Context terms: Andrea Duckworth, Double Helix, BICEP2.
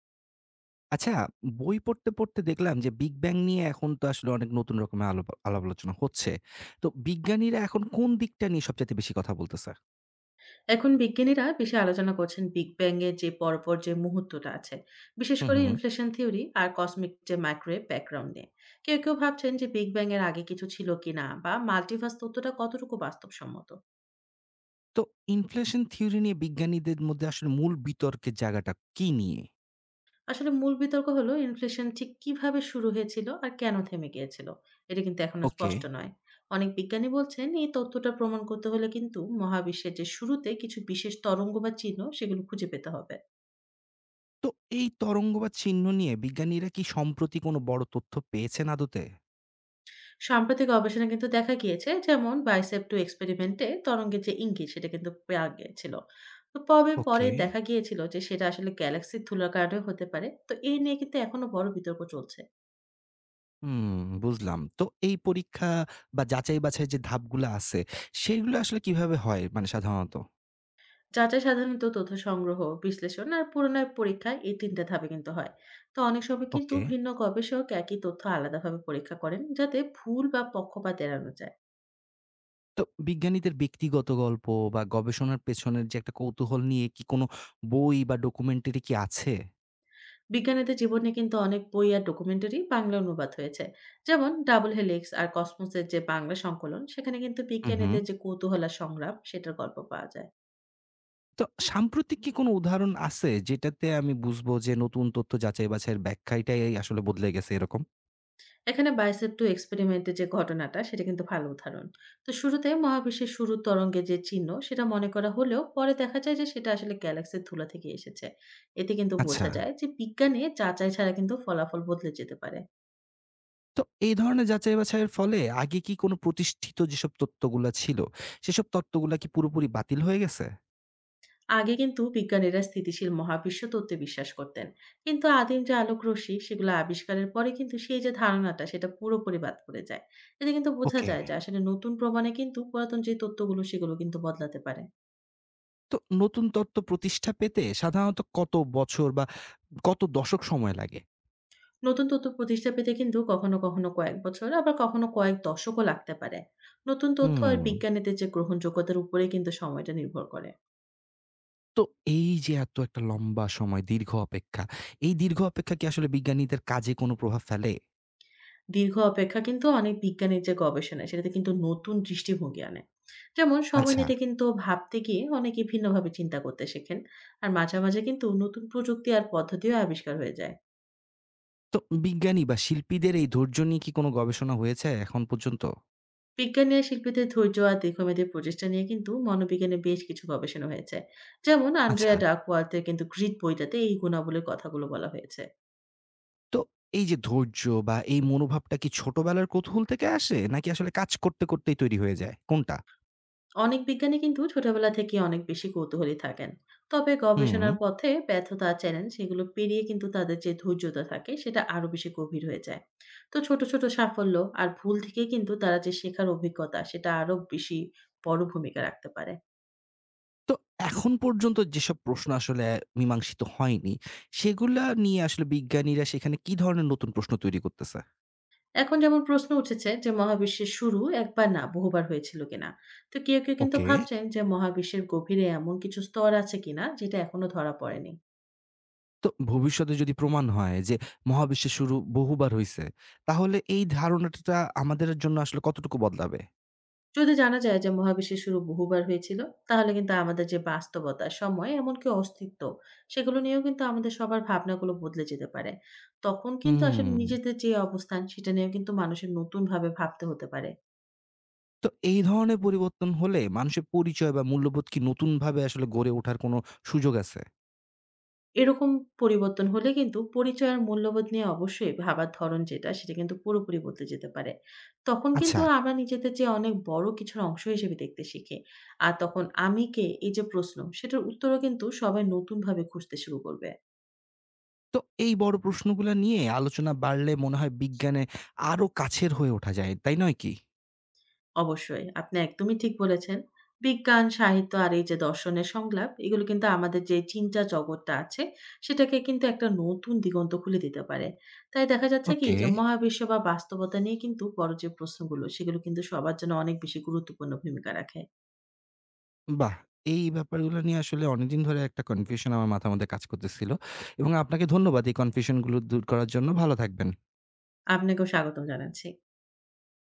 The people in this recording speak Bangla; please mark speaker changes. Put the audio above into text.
Speaker 1: আচ্ছা, বই পড়তে দেখলাম যে বিগ ব্যাং নিয়ে এখন তো আসলে অনেক নতুন রকমের আলাপ আলোচনা হচ্ছে। তো বিজ্ঞানীরা এখন কোন দিকটা নিয়ে সবচাইতে বেশি কথা বলতেছে?
Speaker 2: এখন বিজ্ঞানীরা বেশি আলোচনা করছেন বিগ ব্যাং এর যে পরপর যে মুহূর্তটা আছে, বিশেষ
Speaker 1: হুম,
Speaker 2: করে
Speaker 1: হুম।
Speaker 2: ইনফ্লেশন থিওরি আর কসমিক যে মাইক্রোওয়েভ ব্যাকগ্রাউন্ড নিয়ে। কেউ কেউ ভাবছেন যে বিগ ব্যাং এর আগে কিছু ছিল কিনা বা মাল্টিভার্স তত্ত্বটা কতটুকু বাস্তবসম্মত।
Speaker 1: তো ইনফ্লেশন থিওরি নিয়ে বিজ্ঞানীদের মধ্যে আসলে মূল বিতর্কের জায়গাটা কি নিয়ে?
Speaker 2: আসলে মূল বিতর্ক হলো ইনফ্লেশন ঠিক কিভাবে শুরু হয়েছিল আর কেন থেমে গিয়েছিল। এটা কিন্তু এখনো
Speaker 1: ওকে।
Speaker 2: স্পষ্ট নয়। অনেক বিজ্ঞানী বলছেন, এই তত্ত্বটা প্রমাণ করতে হলে কিন্তু মহাবিশ্বের যে শুরুতে কিছু বিশেষ তরঙ্গ বা চিহ্ন সেগুলো খুঁজে পেতে হবে।
Speaker 1: তো এই তরঙ্গ বা চিহ্ন নিয়ে বিজ্ঞানীরা কি সম্প্রতি কোনো বড় তথ্য পেয়েছেন আদতে?
Speaker 2: সাম্প্রতিক গবেষণা কিন্তু দেখা গিয়েছে, যেমন বাইসেপ টু এক্সপেরিমেন্টে তরঙ্গের যে ইঙ্গিত সেটা কিন্তু পাওয়া গিয়েছিল। তো তবে পরে
Speaker 1: ওকে।
Speaker 2: দেখা গিয়েছিল যে সেটা আসলে গ্যালাক্সির ধুলার কারণে হতে পারে, তো এই নিয়ে কিন্তু এখনো বড় বিতর্ক চলছে।
Speaker 1: হুম, বুঝলাম। তো এই পরীক্ষা বা যাচাই-বাছাই যে ধাপগুলা আছে, সেগুলো আসলে কিভাবে হয় মানে সাধারণত?
Speaker 2: যাচাই সাধারণত তথ্য সংগ্রহ, বিশ্লেষণ আর পুনরায় পরীক্ষা, এই তিনটা ধাপে কিন্তু হয়। তো অনেক সময় কিন্তু
Speaker 1: ওকে।
Speaker 2: ভিন্ন গবেষক একই তথ্য আলাদাভাবে পরীক্ষা করেন, যাতে ভুল বা পক্ষপাত এড়ানো যায়।
Speaker 1: তো বিজ্ঞানীদের ব্যক্তিগত গল্প বা গবেষণার পেছনের যে একটা কৌতূহল নিয়ে কি কোনো বই বা ডকুমেন্টারি কি আছে?
Speaker 2: বিজ্ঞানীদের জীবনে কিন্তু অনেক বই আর ডকুমেন্টারি বাংলা অনুবাদ হয়েছে। যেমন ডাবল হেলিক্স আর কসমোসের যে বাংলা সংকলন, সেখানে কিন্তু
Speaker 1: হুম, হুম।
Speaker 2: বিজ্ঞানীদের যে কৌতূহল আর সংগ্রাম সেটার গল্প পাওয়া যায়।
Speaker 1: তো সাম্প্রতিক কি কোনো উদাহরণ আছে যেটাতে আমি বুঝবো যে নতুন তথ্য যাচাই বাছাইয়ের ব্যাখ্যাটাই আসলে বদলে গেছে এরকম?
Speaker 2: এখানে বাইসেপ টু এক্সপেরিমেন্টের যে ঘটনাটা, সেটা কিন্তু ভালো উদাহরণ। তো শুরুতে মহাবিশ্বের শুরুর তরঙ্গে যে চিহ্ন সেটা মনে করা হলেও, পরে দেখা যায় যে সেটা আসলে গ্যালাক্সির ধুলা থেকে এসেছে। এতে কিন্তু
Speaker 1: আচ্ছা।
Speaker 2: বোঝা যায় যে বিজ্ঞানে যাচাই ছাড়া কিন্তু ফলাফল বদলে যেতে পারে।
Speaker 1: তো এই ধরনের যাচাই বাছাইয়ের ফলে আগে কি কোনো প্রতিষ্ঠিত যেসব তত্ত্বগুলা ছিল, সেসব তত্ত্বগুলা কি পুরোপুরি বাতিল হয়ে গেছে?
Speaker 2: আগে কিন্তু বিজ্ঞানীরা স্থিতিশীল মহাবিশ্ব তত্ত্বে বিশ্বাস করতেন, কিন্তু আদিম যে আলোক রশ্মি সেগুলো আবিষ্কারের পরে কিন্তু সেই যে ধারণাটা সেটা পুরোপুরি বাদ পড়ে যায়। এতে কিন্তু বোঝা
Speaker 1: ওকে।
Speaker 2: যায় যে আসলে নতুন প্রমাণে কিন্তু পুরাতন যে তত্ত্বগুলো সেগুলো কিন্তু বদলাতে পারে।
Speaker 1: তো নতুন তত্ত্ব প্রতিষ্ঠা পেতে সাধারণত কত বছর বা কত দশক সময় লাগে?
Speaker 2: নতুন তথ্য প্রতিষ্ঠা পেতে কিন্তু কখনো কখনো কয়েক বছর, আবার কখনো কয়েক দশকও লাগতে পারে। নতুন তথ্য আর
Speaker 1: হুম।
Speaker 2: বিজ্ঞানীদের যে গ্রহণযোগ্যতার উপরে কিন্তু সময়টা নির্ভর করে।
Speaker 1: তো এই যে এত একটা লম্বা সময় দীর্ঘ অপেক্ষা, এই দীর্ঘ অপেক্ষা কি আসলে বিজ্ঞানীদের কাজে কোনো প্রভাব ফেলে?
Speaker 2: দীর্ঘ অপেক্ষা কিন্তু অনেক বিজ্ঞানের যে গবেষণা সেটাতে কিন্তু নতুন দৃষ্টিভঙ্গি আনে। যেমন সময়
Speaker 1: আচ্ছা।
Speaker 2: নিতে কিন্তু ভাবতে গিয়ে অনেকে ভিন্নভাবে চিন্তা করতে শেখেন। আর মাঝে মাঝে কিন্তু নতুন প্রযুক্তি আর পদ্ধতিও আবিষ্কার হয়ে যায়।
Speaker 1: তো বিজ্ঞানী বা শিল্পীদের এই ধৈর্য নিয়ে কি কোনো গবেষণা হয়েছে এখন পর্যন্ত?
Speaker 2: বিজ্ঞানী আর শিল্পীদের ধৈর্য আর দীর্ঘমেয়াদী প্রচেষ্টা নিয়ে কিন্তু মনোবিজ্ঞানে বেশ কিছু গবেষণা হয়েছে। যেমন
Speaker 1: আচ্ছা।
Speaker 2: আন্ড্রেয়া ডাকওয়ার্থের কিন্তু গ্রিড বইটাতে এই গুণাবলীর কথাগুলো বলা হয়েছে।
Speaker 1: তো এই যে ধৈর্য বা এই মনোভাবটা কি ছোটবেলার কৌতূহল থেকে আসে? নাকি আসলে কাজ করতেই তৈরি হয়ে যায়? কোনটা?
Speaker 2: অনেক বিজ্ঞানী কিন্তু ছোটবেলা থেকে অনেক বেশি কৌতূহলী থাকেন। তবে
Speaker 1: হুম।
Speaker 2: গবেষণার পথে ব্যর্থতা, চ্যালেঞ্জ সেগুলো পেরিয়ে কিন্তু তাদের যে ধৈর্যতা থাকে সেটা আরো বেশি গভীর হয়ে যায়। তো ছোট ছোট সাফল্য আর ভুল থেকে কিন্তু তারা যে শেখার অভিজ্ঞতা সেটা আরো বেশি বড় ভূমিকা রাখতে পারে।
Speaker 1: তো এখন পর্যন্ত যেসব প্রশ্ন আসলে মীমাংসিত হয়নি, সেগুলা নিয়ে আসলে বিজ্ঞানীরা সেখানে কি ধরনের নতুন প্রশ্ন তৈরি করতেছে?
Speaker 2: এখন যেমন প্রশ্ন উঠেছে যে মহাবিশ্বের শুরু একবার না বহুবার হয়েছিল কিনা। তো কেউ কেউ কিন্তু
Speaker 1: ওকে।
Speaker 2: ভাবছেন যে মহাবিশ্বের গভীরে এমন কিছু স্তর আছে কিনা যেটা এখনো ধরা পড়েনি।
Speaker 1: তো ভবিষ্যতে যদি প্রমাণ হয় যে মহাবিশ্বের শুরু বহুবার হইছে, তাহলে এই ধারণাটা আমাদের জন্য আসলে কতটুকু বদলাবে?
Speaker 2: যদি জানা যায় যে মহাবিশ্বের শুরু বহুবার হয়েছিল, তাহলে কিন্তু আমাদের যে বাস্তবতা, সময়, এমনকি অস্তিত্ব, সেগুলো নিয়েও কিন্তু আমাদের সবার ভাবনাগুলো বদলে যেতে পারে। তখন কিন্তু আসলে
Speaker 1: হুম।
Speaker 2: নিজেদের যে অবস্থান, সেটা নিয়েও কিন্তু মানুষের নতুনভাবে ভাবতে হতে পারে।
Speaker 1: তো এই ধরনের পরিবর্তন হলে মানুষের পরিচয় বা মূল্যবোধ কি নতুনভাবে আসলে গড়ে ওঠার কোনো সুযোগ আছে?
Speaker 2: এরকম পরিবর্তন হলে কিন্তু পরিচয় আর মূল্যবোধ নিয়ে অবশ্যই ভাবার ধরন যেটা, সেটা কিন্তু পুরোপুরি বদলে যেতে পারে। তখন কিন্তু
Speaker 1: আচ্ছা।
Speaker 2: আমরা নিজেদের যে অনেক বড় কিছুর অংশ হিসেবে দেখতে শিখি। আর তখন "আমি কে?" এই যে প্রশ্ন, সেটার উত্তরও কিন্তু সবাই নতুনভাবে খুঁজতে শুরু করবে।
Speaker 1: তো এই বড় প্রশ্নগুলা নিয়ে আলোচনা বাড়লে মনে হয় বিজ্ঞানে আরো কাছের হয়ে ওঠা যায়, তাই নয় কি?
Speaker 2: অবশ্যই। আপনি একদমই ঠিক বলেছেন। বিজ্ঞান, সাহিত্য আর এই যে দর্শনের সংলাপ, এগুলো কিন্তু আমাদের যে চিন্তা জগৎটা আছে, সেটাকে কিন্তু একটা নতুন দিগন্ত খুলে দিতে পারে। তাই দেখা যাচ্ছে কি
Speaker 1: ওকে,
Speaker 2: যে মহাবিশ্ব বা বাস্তবতা নিয়ে কিন্তু বড় যে প্রশ্নগুলো, সেগুলো কিন্তু সবার জন্য অনেক বেশি গুরুত্বপূর্ণ ভূমিকা রাখে।
Speaker 1: বাহ! এই ব্যাপারগুলো নিয়ে আসলে অনেকদিন ধরে একটা কনফিউশন আমার মাথার মধ্যে কাজ করতেছিল এবং আপনাকে ধন্যবাদ এই কনফিউশনগুলো দূর করার জন্য। ভালো থাকবেন।
Speaker 2: আপনাকেও স্বাগতম জানাচ্ছি।